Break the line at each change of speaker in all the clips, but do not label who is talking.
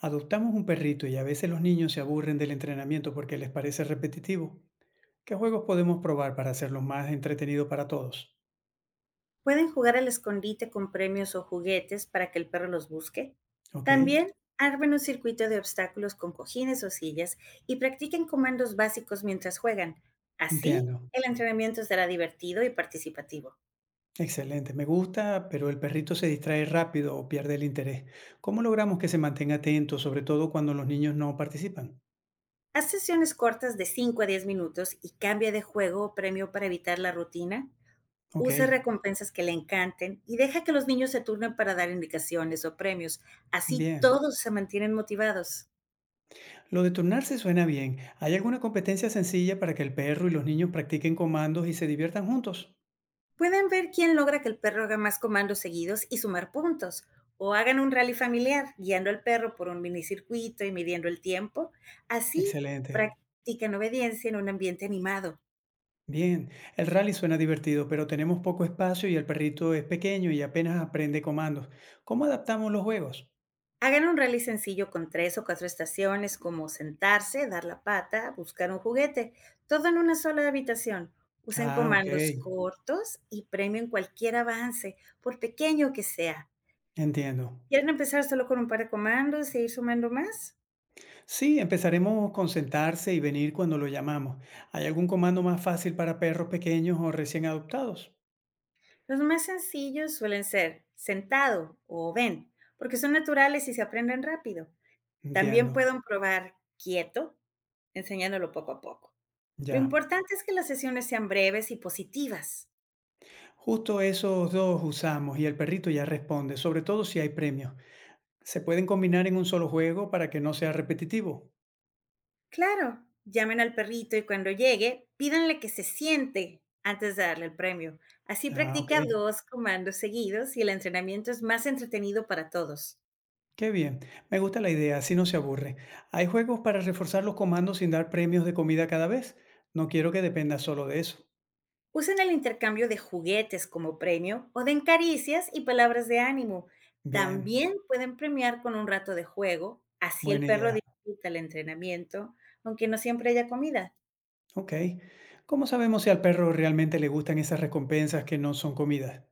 Adoptamos un perrito y a veces los niños se aburren del entrenamiento porque les parece repetitivo. ¿Qué juegos podemos probar para hacerlo más entretenido para todos?
Pueden jugar al escondite con premios o juguetes para que el perro los busque.
Ok,
También armen un circuito de obstáculos con cojines o sillas y practiquen comandos básicos mientras juegan. Así,
entiendo.
el entrenamiento será divertido y participativo.
Excelente, me gusta, pero el perrito se distrae rápido o pierde el interés. ¿Cómo logramos que se mantenga atento, sobre todo cuando los niños no participan?
Haz sesiones cortas de 5 a 10 minutos y cambia de juego o premio para evitar la rutina.
Ok,
Usa recompensas que le encanten y deja que los niños se turnen para dar indicaciones o premios. Así
bien.
todos se mantienen motivados.
Lo de turnarse suena bien. ¿Hay alguna competencia sencilla para que el perro y los niños practiquen comandos y se diviertan juntos?
Pueden ver quién logra que el perro haga más comandos seguidos y sumar puntos, o hagan un rally familiar guiando al perro por un minicircuito y midiendo el tiempo. Así
Excelente.
practican obediencia en un ambiente animado.
Bien, el rally suena divertido, pero tenemos poco espacio y el perrito es pequeño y apenas aprende comandos. ¿Cómo adaptamos los juegos?
Hagan un rally sencillo con 3 o 4 estaciones como sentarse, dar la pata, buscar un juguete, todo en una sola habitación. Usen
Ah, ok,
comandos cortos y premien cualquier avance, por pequeño que sea.
entiendo.
¿Quieren empezar solo con un par de comandos e ir sumando más?
Sí, empezaremos con sentarse y venir cuando lo llamamos. ¿Hay algún comando más fácil para perros pequeños o recién adoptados?
Los más sencillos suelen ser sentado o ven, porque son naturales y se aprenden rápido. También
Entiendo,
pueden probar quieto, enseñándolo poco a poco. Lo
ya.
importante es que las sesiones sean breves y positivas.
Justo esos dos usamos y el perrito ya responde, sobre todo si hay premios. Se pueden combinar en un solo juego para que no sea repetitivo.
Claro, llamen al perrito y cuando llegue, pídanle que se siente antes de darle el premio. Así
Ah, ok.
practica dos comandos seguidos y el entrenamiento es más entretenido para todos.
Qué bien, me gusta la idea, así no se aburre. Hay juegos para reforzar los comandos sin dar premios de comida cada vez. No quiero que dependa solo de eso.
Usan el intercambio de juguetes como premio o den caricias y palabras de ánimo.
Bien,
También pueden premiar con un rato de juego, así el
buena
perro
idea.
disfruta el entrenamiento, aunque no siempre haya comida.
Ok. ¿Cómo sabemos si al perro realmente le gustan esas recompensas que no son comidas?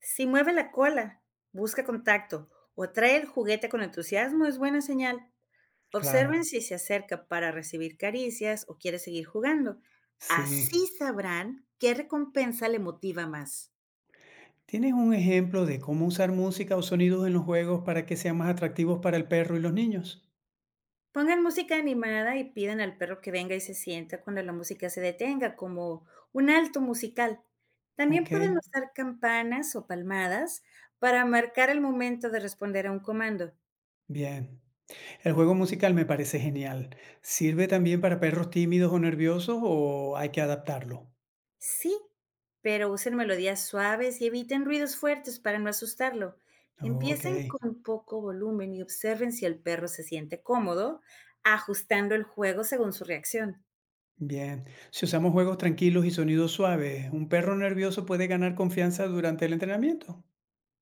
Si mueve la cola, busca contacto o trae el juguete con entusiasmo, es buena señal. Observen
Claro,
si se acerca para recibir caricias o quiere seguir jugando.
sí.
Así sabrán qué recompensa le motiva más.
¿Tienes un ejemplo de cómo usar música o sonidos en los juegos para que sean más atractivos para el perro y los niños?
Pongan música animada y pidan al perro que venga y se sienta cuando la música se detenga, como un alto musical. También
Ok,
pueden usar campanas o palmadas para marcar el momento de responder a un comando.
bien. El juego musical me parece genial. ¿Sirve también para perros tímidos o nerviosos o hay que adaptarlo?
Sí, pero usen melodías suaves y eviten ruidos fuertes para no asustarlo.
Ok,
Empiecen con poco volumen y observen si el perro se siente cómodo, ajustando el juego según su reacción.
bien. Si usamos juegos tranquilos y sonidos suaves, ¿un perro nervioso puede ganar confianza durante el entrenamiento?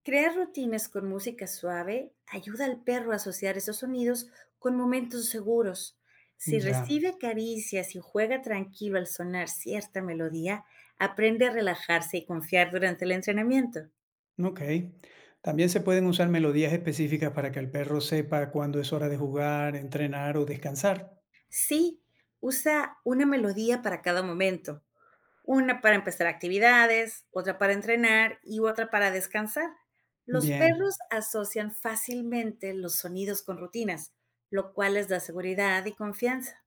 Crear rutinas con música suave ayuda al perro a asociar esos sonidos con momentos seguros. Si
Ya,
recibe caricias y juega tranquilo al sonar cierta melodía, aprende a relajarse y confiar durante el entrenamiento.
ok. También se pueden usar melodías específicas para que el perro sepa cuándo es hora de jugar, entrenar o descansar.
Sí, usa una melodía para cada momento, una para empezar actividades, otra para entrenar y otra para descansar. Los
Bien,
perros asocian fácilmente los sonidos con rutinas, lo cual les da seguridad y confianza.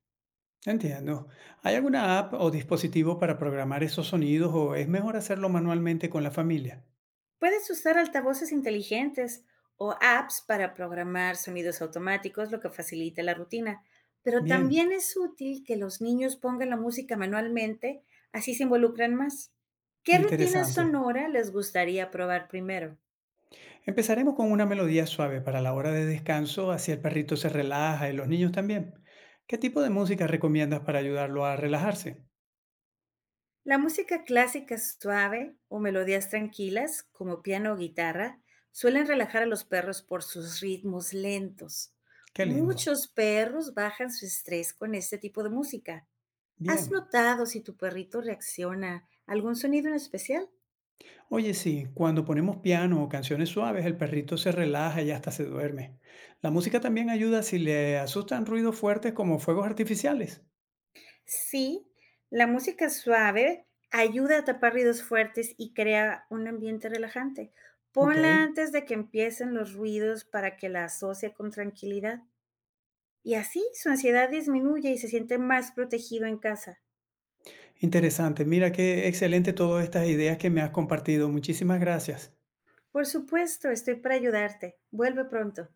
entiendo. ¿Hay alguna app o dispositivo para programar esos sonidos o es mejor hacerlo manualmente con la familia?
Puedes usar altavoces inteligentes o apps para programar sonidos automáticos, lo que facilita la rutina. Pero
Bien,
también es útil que los niños pongan la música manualmente, así se involucran más. ¿Qué rutina
interesante.
sonora les gustaría probar primero?
Empezaremos con una melodía suave para la hora de descanso, así el perrito se relaja y los niños también. ¿Qué tipo de música recomiendas para ayudarlo a relajarse?
La música clásica suave o melodías tranquilas, como piano o guitarra, suelen relajar a los perros por sus ritmos lentos.
Qué lindo.
Muchos perros bajan su estrés con este tipo de música. ¿Has
Bien.
notado si tu perrito reacciona a algún sonido en especial?
Oye, sí, cuando ponemos piano o canciones suaves, el perrito se relaja y hasta se duerme. La música también ayuda si le asustan ruidos fuertes como fuegos artificiales.
Sí, la música suave ayuda a tapar ruidos fuertes y crea un ambiente relajante.
Ok,
Ponla antes de que empiecen los ruidos para que la asocie con tranquilidad. Y así su ansiedad disminuye y se siente más protegido en casa.
interesante. Mira qué excelente todas estas ideas que me has compartido. Muchísimas gracias.
Por supuesto, estoy para ayudarte. Vuelve pronto.